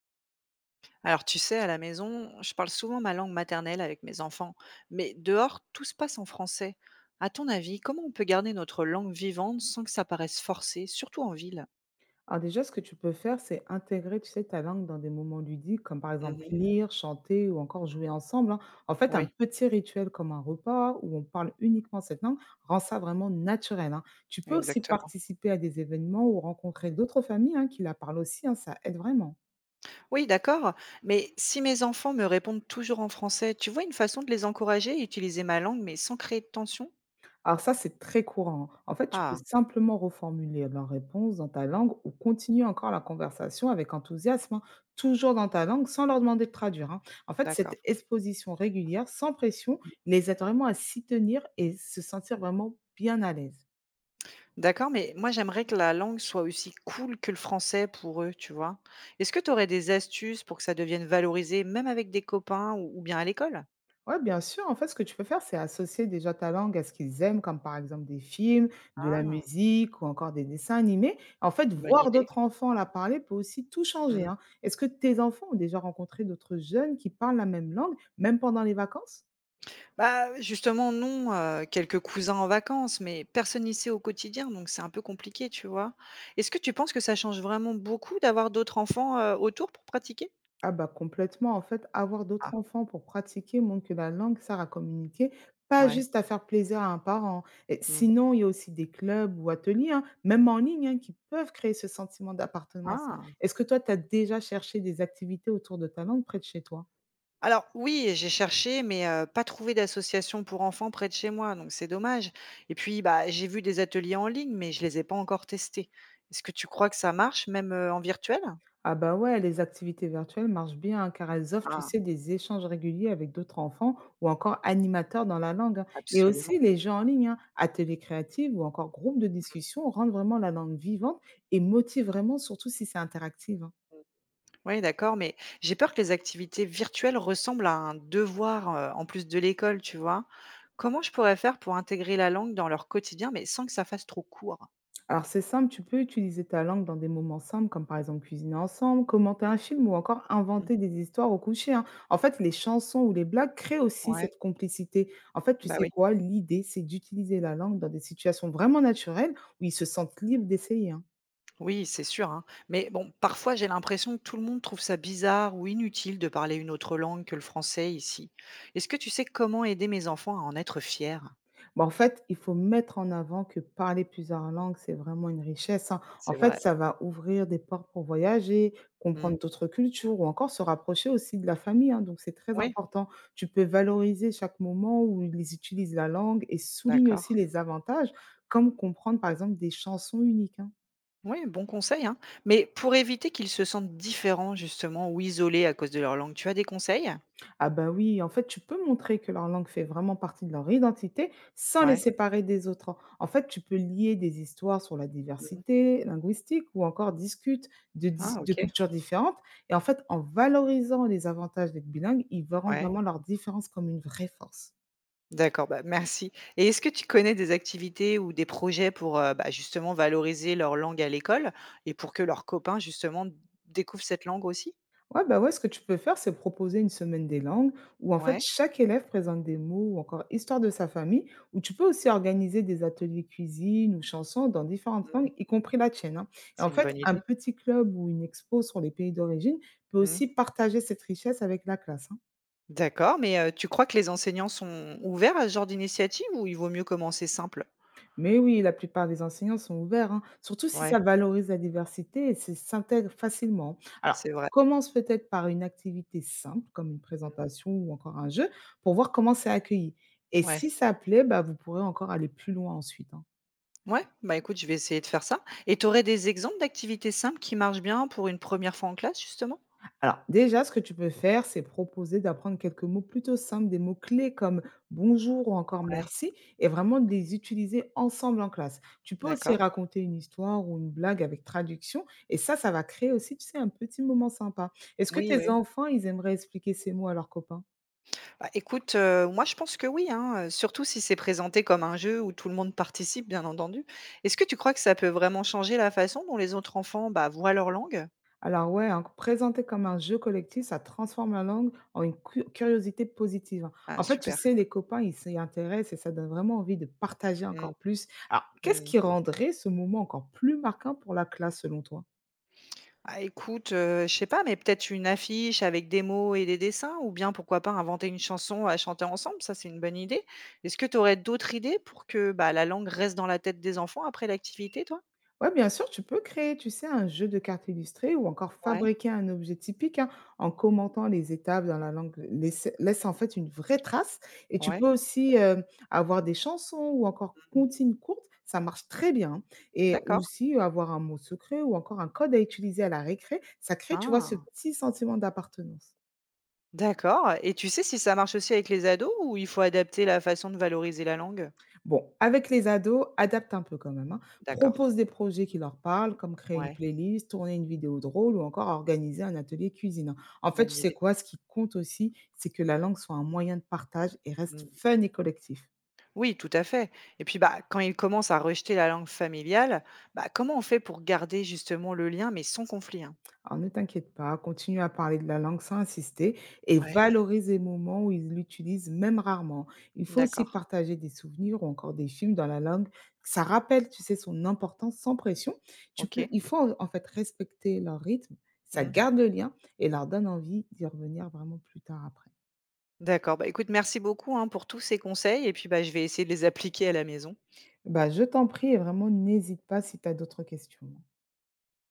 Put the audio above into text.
Alors tu sais, à la maison, je parle souvent ma langue maternelle avec mes enfants, mais dehors, tout se passe en français. À ton avis, comment on peut garder notre langue vivante sans que ça paraisse forcé, surtout en ville. Alors déjà, ce que tu peux faire, c'est intégrer, tu sais, ta langue dans des moments ludiques, comme par exemple Mhm. Lire, chanter ou encore jouer ensemble, hein. En fait, un Oui, petit rituel comme un repas où on parle uniquement cette langue rend ça vraiment naturel, hein. Tu peux aussi exactement. participer à des événements ou rencontrer d'autres familles hein, qui la parlent aussi, hein, ça aide vraiment. Oui, d'accord, mais si mes enfants me répondent toujours en français, tu vois une façon de les encourager à utiliser ma langue, mais sans créer de tension. Alors ça, c'est très courant, hein. En fait, tu peux Ah, simplement reformuler la réponse dans ta langue ou continuer encore la conversation avec enthousiasme, hein, toujours dans ta langue, sans leur demander de traduire, hein. En fait, cette d'accord. exposition régulière, sans pression, les aide vraiment à s'y tenir et se sentir vraiment bien à l'aise. D'accord, mais moi j'aimerais que la langue soit aussi cool que le français pour eux, tu vois? Est-ce que tu aurais des astuces pour que ça devienne valorisé, même avec des copains ou bien à l'école? Ouais, bien sûr. En fait, ce que tu peux faire, c'est associer déjà ta langue à ce qu'ils aiment, comme par exemple des films, de la Ah, musique ou encore des dessins animés. En fait, bonne voir idée. d'autres enfants la parler peut aussi tout changer, Mmh. hein. Est-ce que tes enfants ont déjà rencontré d'autres jeunes qui parlent la même langue, même pendant les vacances? Bah, justement, non, quelques cousins en vacances, mais personne n'y sait au quotidien, donc c'est un peu compliqué, tu vois? Est-ce que tu penses que ça change vraiment beaucoup d'avoir d'autres enfants, autour pour pratiquer? Ah bah complètement, en fait, avoir Ah, d'autres enfants pour pratiquer montre que la langue sert à communiquer, pas ouais. juste à faire plaisir à un parent. Et Mmh. sinon, il y a aussi des clubs ou ateliers, hein, même en ligne, hein, qui peuvent créer ce sentiment d'appartenance. Ah! Est-ce que toi, tu as déjà cherché des activités autour de ta langue près de chez toi? Alors oui, j'ai cherché, mais pas trouvé d'association pour enfants près de chez moi, donc c'est dommage et puis, bah, j'ai vu des ateliers en ligne, mais je les ai pas encore testés. Est-ce que tu crois que ça marche même, en virtuel? Ah bah ouais, les activités virtuelles marchent bien hein, car elles offrent, tu Ah, sais, des échanges réguliers avec d'autres enfants ou encore animateurs dans la langue, hein. Et absolument. aussi les jeux en ligne, hein, ateliers créatifs ou encore groupes de discussion rendent vraiment la langue vivante et motivent vraiment, surtout si c'est interactif, hein. Oui, d'accord, mais j'ai peur que les activités virtuelles ressemblent à un devoir, en plus de l'école, tu vois? Comment je pourrais faire pour intégrer la langue dans leur quotidien, mais sans que ça fasse trop court? Alors c'est simple, tu peux utiliser ta langue dans des moments simples, comme par exemple cuisiner ensemble, commenter un film ou encore Mmh. inventer des histoires au coucher, hein. En fait, les chansons ou les blagues créent aussi Ouais, cette complicité. En fait, tu bah sais oui. quoi, l'idée, c'est d'utiliser la langue dans des situations vraiment naturelles où ils se sentent libres d'essayer, hein. Oui, c'est sûr, hein. Mais bon, parfois j'ai l'impression que tout le monde trouve ça bizarre ou inutile de parler une autre langue que le français ici. Est-ce que tu sais comment aider mes enfants à en être fiers? Bah, en fait, il faut mettre en avant que parler plusieurs langues, c'est vraiment une richesse, hein. En C'est fait, vrai. ça va ouvrir des portes pour voyager, comprendre Mm. d'autres cultures ou encore se rapprocher aussi de la famille, hein, donc c'est très Oui, important. Tu peux valoriser chaque moment où ils utilisent la langue et souligne aussi d'accord. les avantages, comme comprendre, par exemple, des chansons uniques, hein. Oui, bon conseil, hein. Mais pour éviter qu'ils se sentent différents justement ou isolés à cause de leur langue, tu as des conseils? Ah bah oui, en fait, tu peux montrer que leur langue fait vraiment partie de leur identité sans les Ouais. séparer des autres. En fait, tu peux lier des histoires sur la Mm. diversité linguistique ou encore discute de, dis- Ah, de ok. cultures différentes. Et en fait, en valorisant les avantages d'être bilingue, ils verront Ouais. vraiment leur différence comme une vraie force. D'accord, bah, merci. Et est-ce que tu connais des activités ou des projets pour, bah, justement valoriser leur langue à l'école et pour que leurs copains justement découvrent cette langue aussi? Ouais, bah, ouais, ce que tu peux faire, c'est proposer une semaine des langues où, en fait, Ouais, chaque élève présente des mots ou encore histoire de sa famille, ou tu peux aussi organiser des ateliers cuisine ou chansons dans différentes mmh, langues, y compris la tienne, hein. Et en c'est une fait, bonne un idée. petit club ou une expo sur les pays d'origine peut Mmh. aussi partager cette richesse avec la classe, hein. D'accord, mais tu crois que les enseignants sont ouverts à ce genre d'initiative ou il vaut mieux commencer simple? Mais oui, la plupart des enseignants sont ouverts, hein, surtout si Ouais, ça valorise la diversité et se s'intègre facilement. Alors, c'est vrai. commence peut-être par une activité simple, comme une Mmh. présentation ou encore un jeu, pour voir comment c'est accueilli. Et Ouais. si ça plaît, bah, vous pourrez encore aller plus loin ensuite, hein. Ouais, bah, écoute, je vais essayer de faire ça et tu aurais des exemples d'activités simples qui marchent bien pour une première fois en classe justement? Alors, déjà, ce que tu peux faire, c'est proposer d'apprendre quelques mots plutôt simples, des mots-clés comme bonjour ou encore Ouais, merci, et vraiment de les utiliser ensemble en classe. Tu peux aussi d'accord. raconter une histoire ou une blague avec traduction, et ça va créer aussi, tu sais, un petit moment sympa. Est-ce que Oui, tes oui. enfants, ils aimeraient expliquer ces mots à leurs copains? Bah, écoute, moi je pense que oui, hein, surtout si c'est présenté comme un jeu où tout le monde participe, bien entendu. Est-ce que tu crois que ça peut vraiment changer la façon dont les autres enfants, bah, voient leur langue? Alors ouais, hein, présenté comme un jeu collectif, ça transforme la langue en une cu curiosité positive, hein. Ah En fait, tu super. sais, les copains, ils s'y intéressent et ça donne vraiment envie de partager Mmh. encore plus. Alors, qu'est-ce Mh. qui rendrait ce moment encore plus marquant pour la classe selon toi? Ah écoute, je sais pas, mais peut-être une affiche avec des mots et des dessins ou bien pourquoi pas inventer une chanson à chanter ensemble, ça c'est une bonne idée. Est-ce que tu aurais d'autres idées pour que, bah, la langue reste dans la tête des enfants après l'activité toi? Ouais, bien sûr, tu peux créer, tu sais, un jeu de cartes illustrées ou encore Ouais, fabriquer un objet typique hein, en commentant les étapes dans la langue. Laisse en fait une vraie trace. Et tu peux ouais. aussi avoir des chansons ou encore Mmh. comptines courtes. Ça marche très bien, hein. Et D'accord. aussi avoir un mot secret ou encore un code à utiliser à la récré. Ça crée, tu vois, ce Ah. petit sentiment d'appartenance. D'accord et tu sais si ça marche aussi avec les ados ou il faut adapter la façon de valoriser la langue? Bon, avec les ados, adapte un peu quand même, hein. D'accord, Propose des projets qui leur parlent, comme créer une ouais, playlist, tourner une vidéo drôle ou encore organiser un atelier cuisine, hein. En fait, tu bonne sais idée. quoi? Ce qui compte aussi, c'est que la langue soit un moyen de partage et reste Mmh. fun et collectif. Oui, tout à fait et puis, bah, quand ils commencent à rejeter la langue familiale, bah, comment on fait pour garder justement le lien mais sans conflit, hein? Alors ne t'inquiète pas, continue à parler de la langue sans insister et Ouais, valorise les moments où ils l'utilisent même rarement. Il faut aussi d'accord, partager des souvenirs ou encore des films dans la langue. Ça rappelle, tu sais, son importance sans pression. Tu peux, OK. il faut en fait respecter leur rythme. Ça Mmh. garde le lien et leur donne envie d'y revenir vraiment plus tard après. D'accord, bah, écoute merci beaucoup, hein, pour tous ces conseils et puis, bah, je vais essayer de les appliquer à la maison. Bah, je t'en prie et vraiment n'hésite pas si tu as d'autres questions.